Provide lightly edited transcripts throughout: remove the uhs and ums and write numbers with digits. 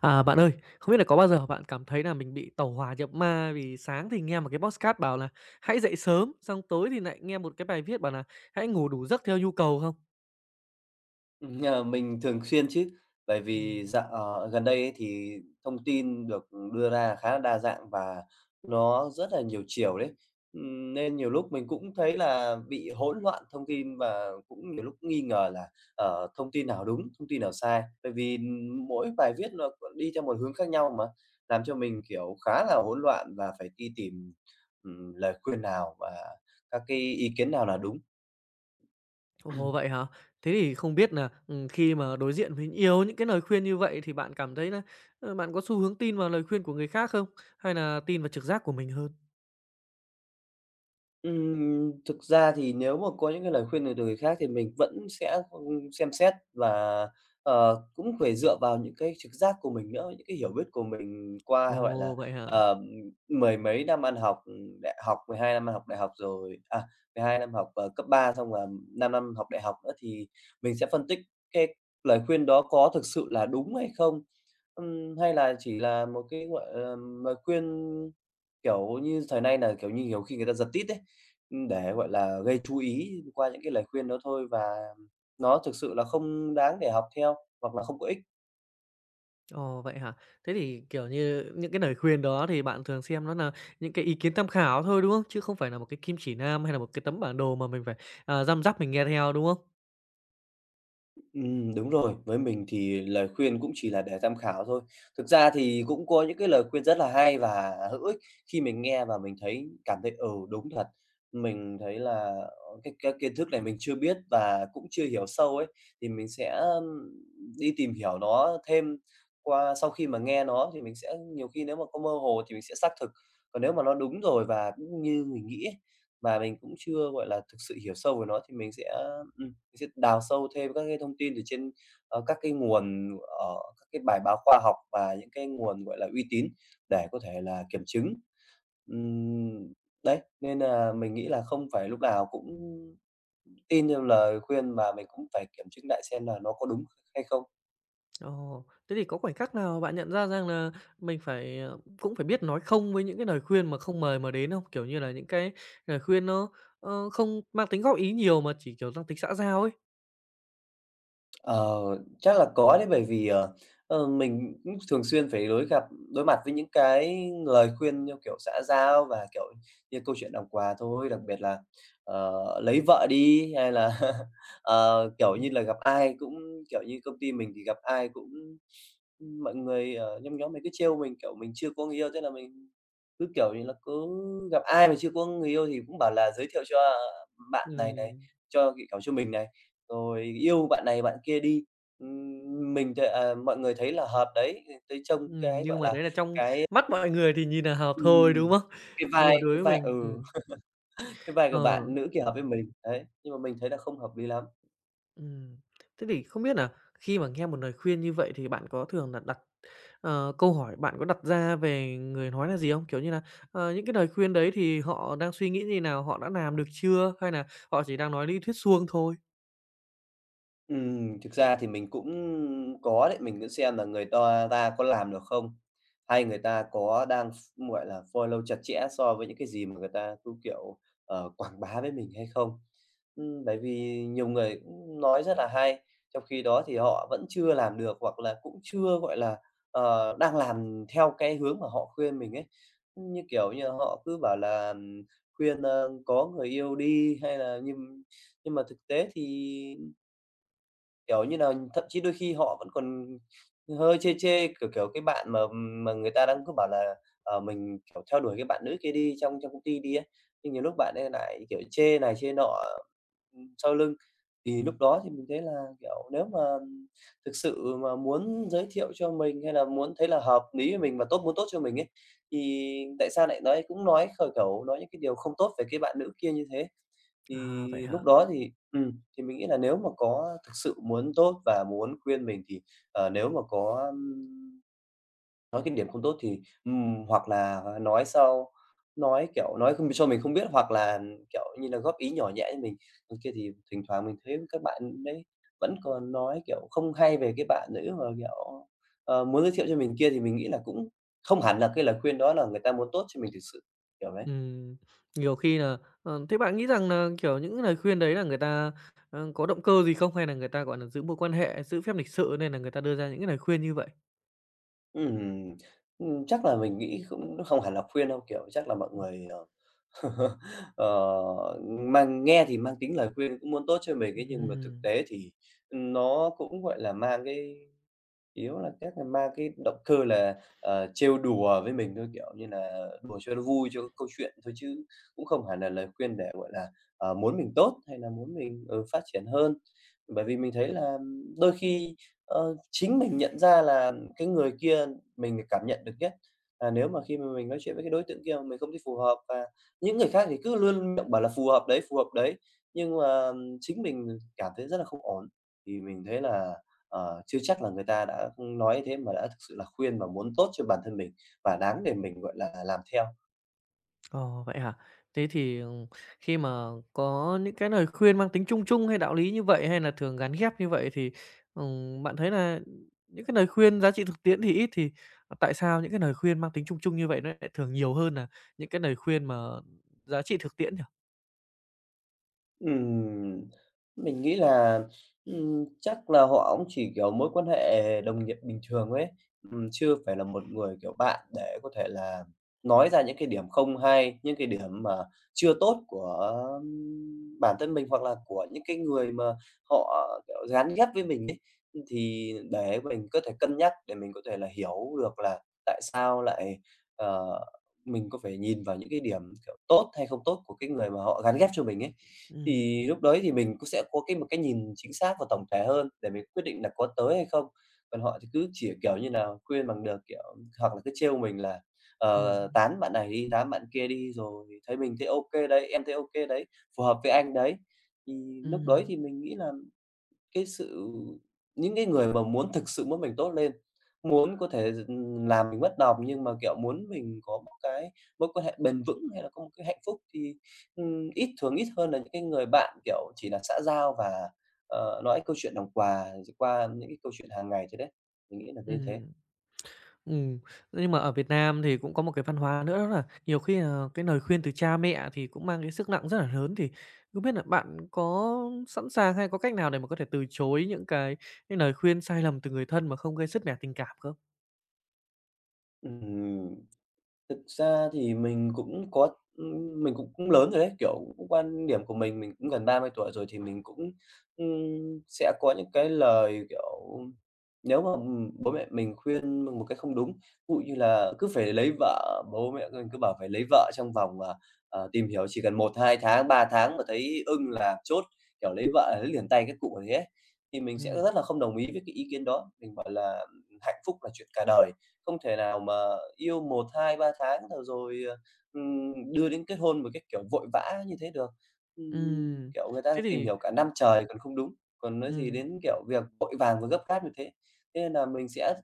À, bạn ơi, không biết là có bao giờ bạn cảm thấy là mình bị tẩu hỏa nhập ma vì sáng thì nghe một cái podcast bảo là "Hãy dậy sớm", xong tối thì lại nghe một cái bài viết bảo là "Hãy ngủ đủ giấc theo nhu cầu" không? Ờ, mình thường xuyên chứ, bởi vì Ừm. dạo gần đây ấy thì thông tin được đưa ra khá là đa dạng và nó rất là nhiều chiều đấy. Nên nhiều lúc mình cũng thấy là bị hỗn loạn thông tin và cũng nhiều lúc nghi ngờ là, thông tin nào đúng, thông tin nào sai. Bởi vì mỗi bài viết nó còn đi theo một hướng khác nhau mà, làm cho mình, kiểu, khá là hỗn loạn và phải đi tìm, lời khuyên nào và các cái ý kiến nào là đúng. Ồ, vậy hả? Thế thì không biết là khi mà đối diện với nhiều những cái lời khuyên như vậy thì bạn cảm thấy là, bạn có xu hướng tin vào lời khuyên của người khác không? Hay là tin vào trực giác của mình hơn? Thực ra thì nếu mà có những cái lời khuyên từ từ người khác thì mình vẫn sẽ, xem xét và, cũng phải dựa vào những cái trực giác của mình nữa, những cái hiểu biết của mình qua, gọi Ồ, là, vậy hả? ờ, mười mấy năm ăn học, đại học, 12 năm ăn học đại học rồi à, 12 năm học, cấp 3 xong là 5 năm học đại học nữa thì mình sẽ phân tích cái lời khuyên đó có thực sự là đúng hay không? Hay là chỉ là một cái, gọi là, lời khuyên, kiểu như, thời nay là kiểu như, nhiều khi người ta giật tít ấy để, gọi là, gây chú ý qua những cái lời khuyên đó thôi và nó thực sự là không đáng để học theo hoặc là không có ích. Ồ, vậy hả? Thế thì, kiểu như, những cái lời khuyên đó thì bạn thường xem nó là những cái ý kiến tham khảo thôi, đúng không? Chứ không phải là một cái kim chỉ nam hay là một cái tấm bản đồ mà mình phải, răm rắp mình nghe theo, đúng không? Đúng rồi, với mình thì lời khuyên cũng chỉ là để tham khảo thôi. Thực ra thì cũng có những cái lời khuyên rất là hay và hữu ích khi mình nghe và mình thấy cảm thấy, đúng thật. Mình thấy là, cái kiến thức này mình chưa biết và cũng chưa hiểu sâu ấy, thì mình sẽ, đi tìm hiểu nó thêm qua sau khi mà nghe nó thì mình sẽ nhiều khi nếu mà có mơ hồ thì mình sẽ xác thực. Còn nếu mà nó đúng rồi và cũng như mình nghĩ ấy, mà mình cũng chưa, gọi là, thực sự hiểu sâu về nó thì mình sẽ đào sâu thêm các cái thông tin từ trên, các cái nguồn, ờ, các cái bài báo khoa học và những cái nguồn, gọi là, uy tín để có thể là kiểm chứng. Ừm, đấy, nên là mình nghĩ là không phải lúc nào cũng tin theo lời khuyên mà mình cũng phải kiểm chứng lại xem là nó có đúng hay không. Ồ, thế thì có khoảnh khắc nào bạn nhận ra rằng là mình phải, cũng phải biết nói không với những cái lời khuyên mà không mời mà đến không? Kiểu như là, những cái lời khuyên nó không mang tính góp ý nhiều mà chỉ, kiểu, mang tính xã giao ấy. Ờ, chắc là có đấy, bởi vì, mình cũng thường xuyên phải đối mặt với những cái lời khuyên theo kiểu xã giao và, kiểu như, câu chuyện làm quà thôi, đặc biệt là, lấy vợ đi hay là, kiểu như Ừm. là, gặp ai cũng kiểu như, công ty mình thì gặp ai cũng mọi người ở trong nhóm mình cứ trêu mình, kiểu, mình chưa có người yêu, thế là mình cứ, kiểu như là, cứ gặp ai mà chưa có người yêu thì cũng bảo là giới thiệu cho bạn này này, Ừm, cho kiểu, cho mình này. Rồi yêu bạn này bạn kia đi. Mình thì, mọi người thấy là hợp đấy, thấy trông cái, nhưng gọi mà là, đấy là trong mắt mọi người thì nhìn là hợp thôi, đúng ừm, không? cái Nhưng mà vai đối cái với vai ừ, mình cái vai của ờ. bạn nữ kia hợp với mình, đấy, nhưng mà mình thấy là không hợp lý lắm. Ừm. Thế thì không biết là khi mà nghe một lời khuyên như vậy thì bạn có thường là đặt câu hỏi bạn có đặt ra về người nói là gì không? Kiểu như là, những cái lời khuyên đấy thì họ đang suy nghĩ như nào? Họ đã làm được chưa? Hay là họ chỉ đang nói lý thuyết suông thôi? Thực ra thì mình cũng có đấy, mình cũng xem là người ta ta có làm được không, hay người ta có đang gọi là, follow chặt chẽ so với những cái gì mà người ta cứ, kiểu, quảng bá với mình hay không. Bởi vì nhiều người cũng nói rất là hay, trong khi đó thì họ vẫn chưa làm được hoặc là cũng chưa, gọi là, đang làm theo cái hướng mà họ khuyên mình ấy. Như kiểu như họ cứ bảo là khuyên, có người yêu đi hay là nhưng mà thực tế thì kiểu như nà, thậm chí đôi khi họ vẫn còn hơi chê chê, kiểu, cái bạn mà người ta đang cứ bảo là, mình, kiểu, theo đuổi cái bạn nữ kia đi trong trong công ty đi ấy, nhưng nhiều lúc bạn ấy lại, kiểu, chê này chê nọ, sau lưng. Thì lúc đó thì mình thấy là, kiểu, nếu mà thực sự mà muốn giới thiệu cho mình hay là muốn thấy là hợp lý với mình và muốn tốt cho mình ấy, thì tại sao nói kiểu, nói những cái điều không tốt về cái bạn nữ kia như thế? À, vậy Thì hả? lúc đó thì mình nghĩ là nếu mà có thực sự muốn tốt và muốn khuyên mình thì, nếu mà có, nói cái điểm không tốt thì, hoặc là nói sau, nói, kiểu, nói không cho mình không biết hoặc là, kiểu như là, góp ý nhỏ nhẹ với mình. Còn kia thì thỉnh thoảng mình thấy các bạn đấy vẫn còn nói, kiểu, không hay về cái bạn nữ mà, kiểu, muốn giới thiệu cho mình kia thì mình nghĩ là cũng không hẳn là cái lời khuyên đó là người ta muốn tốt cho mình thực sự, kiểu đấy. Ừm, nhiều khi là thế bạn nghĩ rằng là kiểu, những lời khuyên đấy là người ta, có động cơ gì không? Hay là người ta, gọi là giữ mối quan hệ, giữ phép lịch sự nên là người ta đưa ra những cái lời khuyên như vậy? Ừm, chắc là mình nghĩ cũng không hẳn là khuyên đâu, kiểu, chắc là mọi người, ờ, mang nghe thì mang tính lời khuyên cũng muốn tốt cho mình ấy, nhưng mà thực Ừm. tế thì nó cũng, gọi là, mang cái yếu là chắc là mang cái động cơ là, trêu đùa với mình thôi, kiểu như là, đùa cho nó vui cho câu chuyện thôi chứ cũng không hẳn là lời khuyên để, gọi là, muốn mình tốt hay là muốn mình, phát triển hơn. Bởi vì mình thấy là đôi khi, chính mình nhận ra là cái người kia mình cảm nhận được nhất, là nếu mà khi mà mình nói chuyện với cái đối tượng kia mà mình không thấy phù hợp và những người khác thì cứ luôn miệng bảo là phù hợp đấy, nhưng mà chính mình cảm thấy rất là không ổn. Thì mình thấy là chưa chắc là người ta đã nói thế mà đã thực sự là khuyên và muốn tốt cho bản thân mình và đáng để mình, gọi là, làm theo. Ồ, vậy hả? Thế thì, khi mà có những cái lời khuyên mang tính chung chung hay đạo lý như vậy, hay là thường gắn ghép như vậy thì, bạn thấy là những cái lời khuyên giá trị thực tiễn thì ít, thì, tại sao những cái lời khuyên mang tính chung chung như vậy nó lại thường nhiều hơn là những cái lời khuyên mà giá trị thực tiễn nhỉ? Ừm, mình nghĩ là, chắc là họ cũng chỉ, kiểu, mối quan hệ đồng nghiệp bình thường ấy, chưa phải là một người, kiểu, bạn để có thể là nói ra những cái điểm không hay, những cái điểm mà chưa tốt của bản thân mình, hoặc là của những cái người mà họ, kiểu, gán ghép với mình ấy. Thì để mình có thể cân nhắc, để mình có thể là hiểu được là tại sao lại, ờ, mình có phải nhìn vào những cái điểm, kiểu, tốt hay không tốt của cái người mà họ gán ghép cho mình ấy. Ừm, Thì lúc đấy thì mình cũng sẽ có một cái nhìn chính xác và tổng thể hơn để mình quyết định là có tới hay không. Còn họ thì cứ chỉ, kiểu như nà, khuyên bằng được, kiểu, hoặc là cứ trêu mình là, ừm, tán bạn này đi, tán bạn kia đi, rồi thấy ô kê đấy, em thấy ô kê đấy, phù hợp với anh đấy. Thì lúc đấy ừm, thì mình nghĩ là cái sự những cái người mà thực sự muốn mình tốt lên, muốn có thể làm mình bất đồng nhưng mà, kiểu, muốn mình có một cái mối quan hệ bền vững hay là có một cái hạnh phúc thì, ít thường ít hơn là những cái người bạn, kiểu, chỉ là xã giao và, nói câu chuyện đồng quà rồi qua những cái câu chuyện hàng ngày thế đấy. Mình nghĩ là như thế. ừm. Ừm, nhưng mà ở Việt Nam thì cũng có một cái văn hóa nữa đó là nhiều khi là cái lời khuyên từ cha mẹ thì cũng mang cái sức nặng rất là lớn, thì không biết là bạn có sẵn sàng hay có cách nào để mà có thể từ chối những cái lời khuyên sai lầm từ người thân mà không gây sứt mẻ tình cảm không? Ừm. Thực ra thì mình cũng có mình cũng cũng lớn rồi đấy, kiểu, cũng quan điểm của mình cũng gần 30 tuổi rồi thì mình cũng, sẽ có những cái lời, kiểu, nếu mà, bố mẹ mình khuyên một cái không đúng, ví dụ như là cứ phải lấy vợ, bố mẹ mình cứ bảo phải lấy vợ trong vòng, tìm hiểu chỉ cần một 2 tháng, 3 tháng mà thấy ưng là chốt, kiểu, lấy vợ là lấy liền tay các cụ ấy ấy, thì mình sẽ Ừm. rất là không đồng ý với cái ý kiến đó. Mình bảo là, hạnh phúc là chuyện cả đời, không thể nào mà yêu một 2 3 tháng rồi rồi, ờ, đưa đến kết hôn một cái kiểu vội vã như thế được. Ừm, Người ta thế tìm thì hiểu cả năm trời còn không đúng, còn nói gì ừm, đến, kiểu, việc vội vàng và gấp gáp như thế. Thế nên là mình sẽ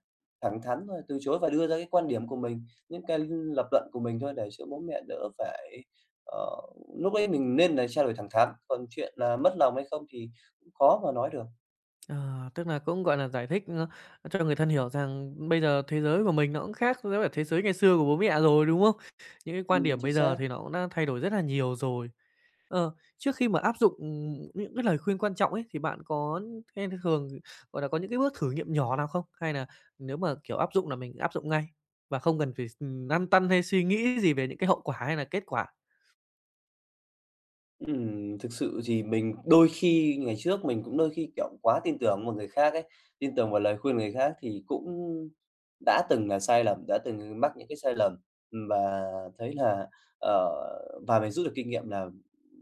thẳng thắn thôi, từ chối và đưa ra cái quan điểm của mình, những cái lập luận của mình thôi để cho bố mẹ đỡ phải ờ, Lúc ấy mình nên là trao đổi thẳng thắn, còn chuyện là mất lòng hay không thì cũng khó mà nói được. ờ, tức là cũng, gọi là, giải thích cho người thân hiểu rằng bây giờ thế giới của mình nó cũng khác với cả thế giới ngày xưa của bố mẹ rồi, đúng không? Những cái quan Ừ, điểm chính bây giờ xác. thì nó cũng đã thay đổi rất là nhiều rồi. Ờ, trước khi mà áp dụng, những cái lời khuyên quan trọng ấy, thì bạn có hay thường, gọi là, có những cái bước thử nghiệm nhỏ nào không? Hay là nếu mà, kiểu, áp dụng là mình áp dụng ngay và không cần phải s lăn tăn hay suy nghĩ gì về những cái hậu quả hay là kết quả? Thực sự thì mình đôi khi ngày trước mình cũng đôi khi, kiểu, quá tin tưởng vào người khác ấy, tin tưởng vào lời khuyên người khác thì cũng đã từng là sai lầm, đã từng mắc những cái sai lầm. Và thấy là, ờ và mình rút được kinh nghiệm là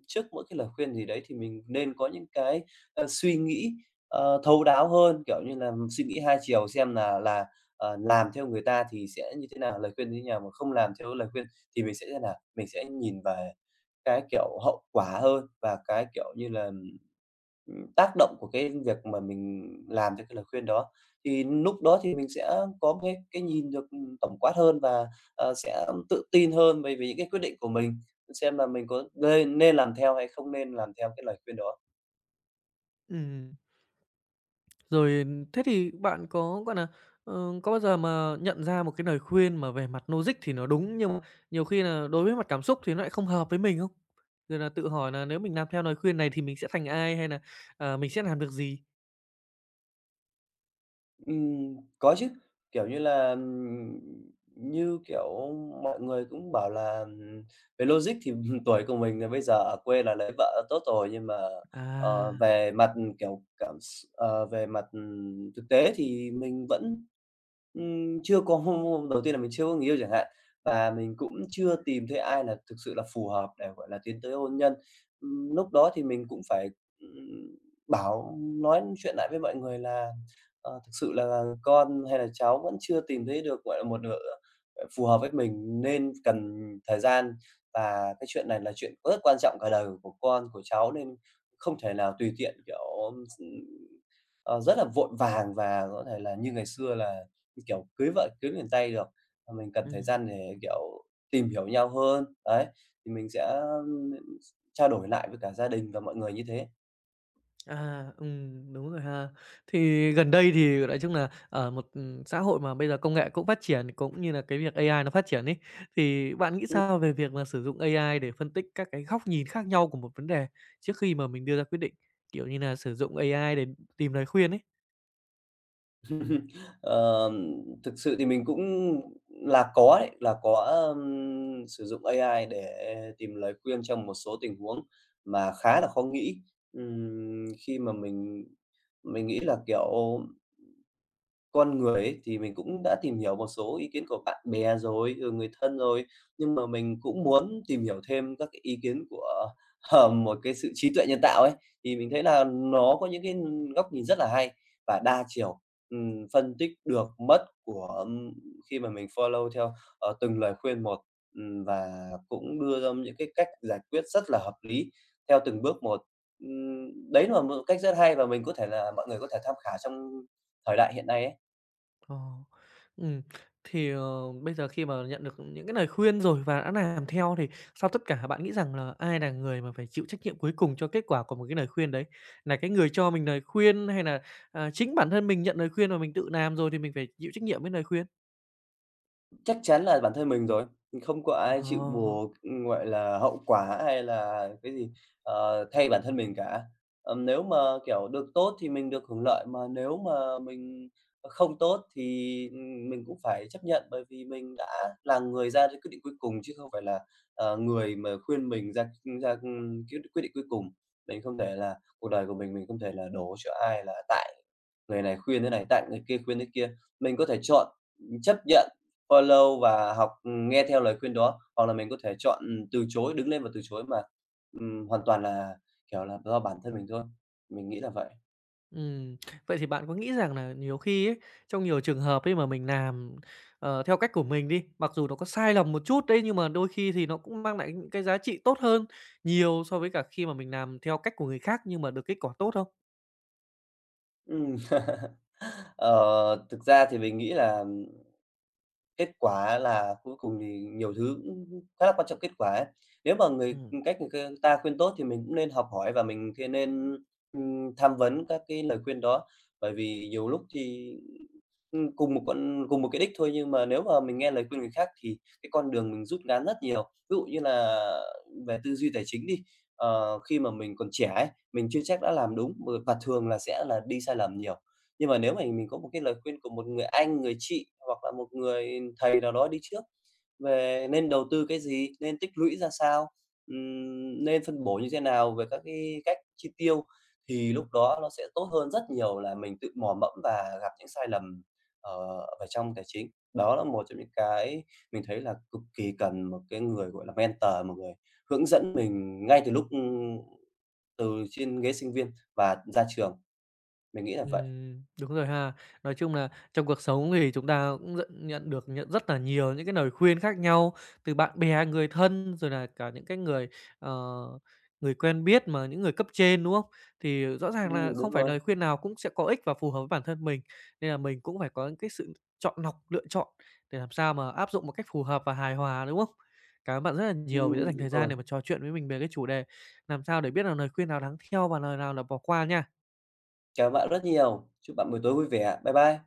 trước mỗi cái lời khuyên gì đấy thì mình nên có những cái suy nghĩ thấu đáo hơn, kiểu như là, suy nghĩ hai chiều xem là, làm theo người ta thì sẽ như thế nào, lời khuyên như thế nào, mà không làm theo lời khuyên thì mình sẽ thế nào, mình sẽ nhìn về cái, kiểu, hậu quả hơn và cái, kiểu như là, tác động của cái việc mà mình làm theo cái lời khuyên đó. Thì lúc đó thì mình sẽ có một cái nhìn được, ừ, tổng quát hơn và, ờ, sẽ tự tin hơn về về những cái quyết định của mình, xem là mình có nên nên làm theo hay không nên làm theo cái lời khuyên đó. Ừm, Rồi thế thì bạn có, gọi là, ờ, có bao giờ mà nhận ra một cái lời khuyên mà về mặt logic thì nó đúng, nhưng mà nhiều khi là đối với mặt cảm xúc thì nó lại không hợp với mình không? Rồi là tự hỏi là nếu mình làm theo lời khuyên này thì mình sẽ thành ai hay là, mình sẽ làm được gì? Có chứ, kiểu như là, như, kiểu, mọi người cũng bảo là, về logic thì tuổi của mình là bây giờ ở quê là lấy vợ tốt rồi, nhưng mà, À, ờ, về mặt, kiểu, về mặt, thực tế thì mình vẫn, chưa có đầu tiên là mình chưa có người yêu chẳng hạn, và mình cũng chưa tìm thấy ai là thực sự là phù hợp để, gọi là, tiến tới hôn nhân. Lúc đó thì mình cũng phải, ừm, bảo nói chuyện lại với mọi người là ờ, thực sự là con hay là cháu vẫn chưa tìm thấy được, gọi là, một nửa, ờ, phù hợp với mình nên cần thời gian. Và cái chuyện này là chuyện rất quan trọng cả đời của con, của cháu nên không thể nào tùy tiện, kiểu, s ờ, rất là vội vàng và có thể là như ngày xưa là, kiểu, cưới vợ cưới liền tay được. Mà mình cần thời ừm. gian để, kiểu, tìm hiểu nhau hơn, đấy, thì mình sẽ, ưm, trao đổi lại với cả gia đình và mọi người như thế. À, đúng rồi ha. Thì gần đây thì nói chung là ở một xã hội mà bây giờ công nghệ cũng phát triển, cũng như là cái việc AI nó phát triển ấy, thì bạn nghĩ sao về việc mà sử dụng AI để phân tích các cái góc nhìn khác nhau của một vấn đề trước khi mà mình đưa ra quyết định? Kiểu như là, sử dụng AI để tìm lời khuyên ấy. Ờ, thực sự thì mình cũng là có đấy, là có, sử dụng AI để tìm lời khuyên trong một số tình huống mà khá là khó nghĩ. Khi mà mình nghĩ là, kiểu con người ấy, thì mình cũng đã tìm hiểu một số ý kiến của bạn bè rồi, rồi người thân rồi, nhưng mà mình cũng muốn tìm hiểu thêm các cái ý kiến của, ờ, một cái sự trí tuệ nhân tạo ấy, thì mình thấy là nó có những cái góc nhìn rất là hay và đa chiều, phân tích được mất của, khi mà mình follow theo, ờ, từng lời khuyên một, và cũng đưa ra những cái cách giải quyết rất là hợp lý theo từng bước một. Đấy là một cách rất hay và mình có thể là mọi người có thể tham khảo trong thời đại hiện nay ấy. Ờ, ừm, thì, bây giờ khi mà nhận được những cái lời khuyên rồi và đã làm theo thì sau tất cả bạn nghĩ rằng là ai là người mà phải chịu trách nhiệm cuối cùng cho kết quả của một cái lời khuyên đấy? Là cái người cho mình lời khuyên hay là, chính bản thân mình nhận lời khuyên và mình tự làm rồi thì mình phải chịu trách nhiệm với lời khuyên? Chắc chắn là bản thân mình rồi, không có ai chịu Ờ. buộc, gọi là, hậu quả hay là cái gì, ờ, thay bản thân mình cả. Nếu mà, kiểu, được tốt thì mình được hưởng lợi, mà nếu mà mình không tốt thì, mình cũng phải chấp nhận, bởi vì mình đã là người ra cái quyết định cuối cùng chứ không phải là, ờ, người mà khuyên mình ra ra, ưm, quyết quyết định cuối cùng. Mình không thể là cuộc đời của mình không thể là đổ cho ai là tại người này khuyên thế này, tặng người kia khuyên thế kia, mình có thể chọn, chấp nhận, follow và học, ừ, nghe theo lời khuyên đó, hoặc là mình có thể chọn, ừ, từ chối, đứng lên và từ chối mà, hoàn toàn là, kiểu là, do bản thân mình thôi. Mình nghĩ là vậy. Ừm, vậy thì bạn có nghĩ rằng là nhiều khi ấy, trong nhiều trường hợp ấy mà mình làm, theo cách của mình đi, mặc dù nó có sai lầm một chút đấy, nhưng mà đôi khi thì nó cũng mang lại những cái giá trị tốt hơn nhiều so với cả khi mà mình làm theo cách của người khác nhưng mà được kết quả tốt không? Ừm, ờ, Thực ra thì mình nghĩ là kết quả là cuối cùng thì nhiều thứ cũng khá là quan trọng kết quả ấy. Nếu mà Ừm. Người ta khuyên tốt thì mình cũng nên học hỏi và mình thì nên, tham vấn các cái lời khuyên đó. Bởi vì nhiều lúc thì, cùng một cái đích thôi, nhưng mà nếu mà mình nghe lời khuyên người khác thì cái con đường mình rút ngắn rất nhiều. Ví dụ như là về tư duy tài chính đi, ờ, khi mà mình còn trẻ ấy, mình chưa chắc đã làm đúng, và thường là sẽ là đi sai lầm nhiều. Nhưng mà nếu mà mình có một cái lời khuyên của một người anh, người chị hoặc là một người thầy nào đó đi trước về nên đầu tư cái gì, nên tích lũy ra sao, nên phân bổ như thế nào về các cái cách chi tiêu thì lúc đó nó sẽ tốt hơn rất nhiều là mình tự mò mẫm và gặp những sai lầm, ờ, ở trong tài chính. Đó là một trong những cái mình thấy là cực kỳ cần một cái người, gọi là, mentor, một người hướng dẫn mình ngay từ lúc, từ trên ghế sinh viên và ra trường, mình nghĩ là vậy. Đúng rồi ha. Nói chung là trong cuộc sống thì chúng ta cũng nhận nhận được nhận rất là nhiều những cái lời khuyên khác nhau từ bạn bè, người thân, rồi là cả những cái người, ờ, người quen biết mà những người cấp trên, đúng không? Thì rõ ràng là Đúng không phải rồi. lời khuyên nào cũng sẽ có ích và phù hợp với bản thân mình, nên là mình cũng phải có những cái sự chọn lọc, lựa chọn để làm sao mà áp dụng một cách phù hợp và hài hòa, đúng không? Cảm ơn bạn rất là nhiều vì đã dành Đúng thời gian rồi. để mà trò chuyện với mình về cái chủ đề làm sao để biết là lời khuyên nào đáng theo và lời nào là bỏ qua nha. Cảm ơn bạn rất nhiều. Chúc bạn buổi tối vui vẻ. Bye bye.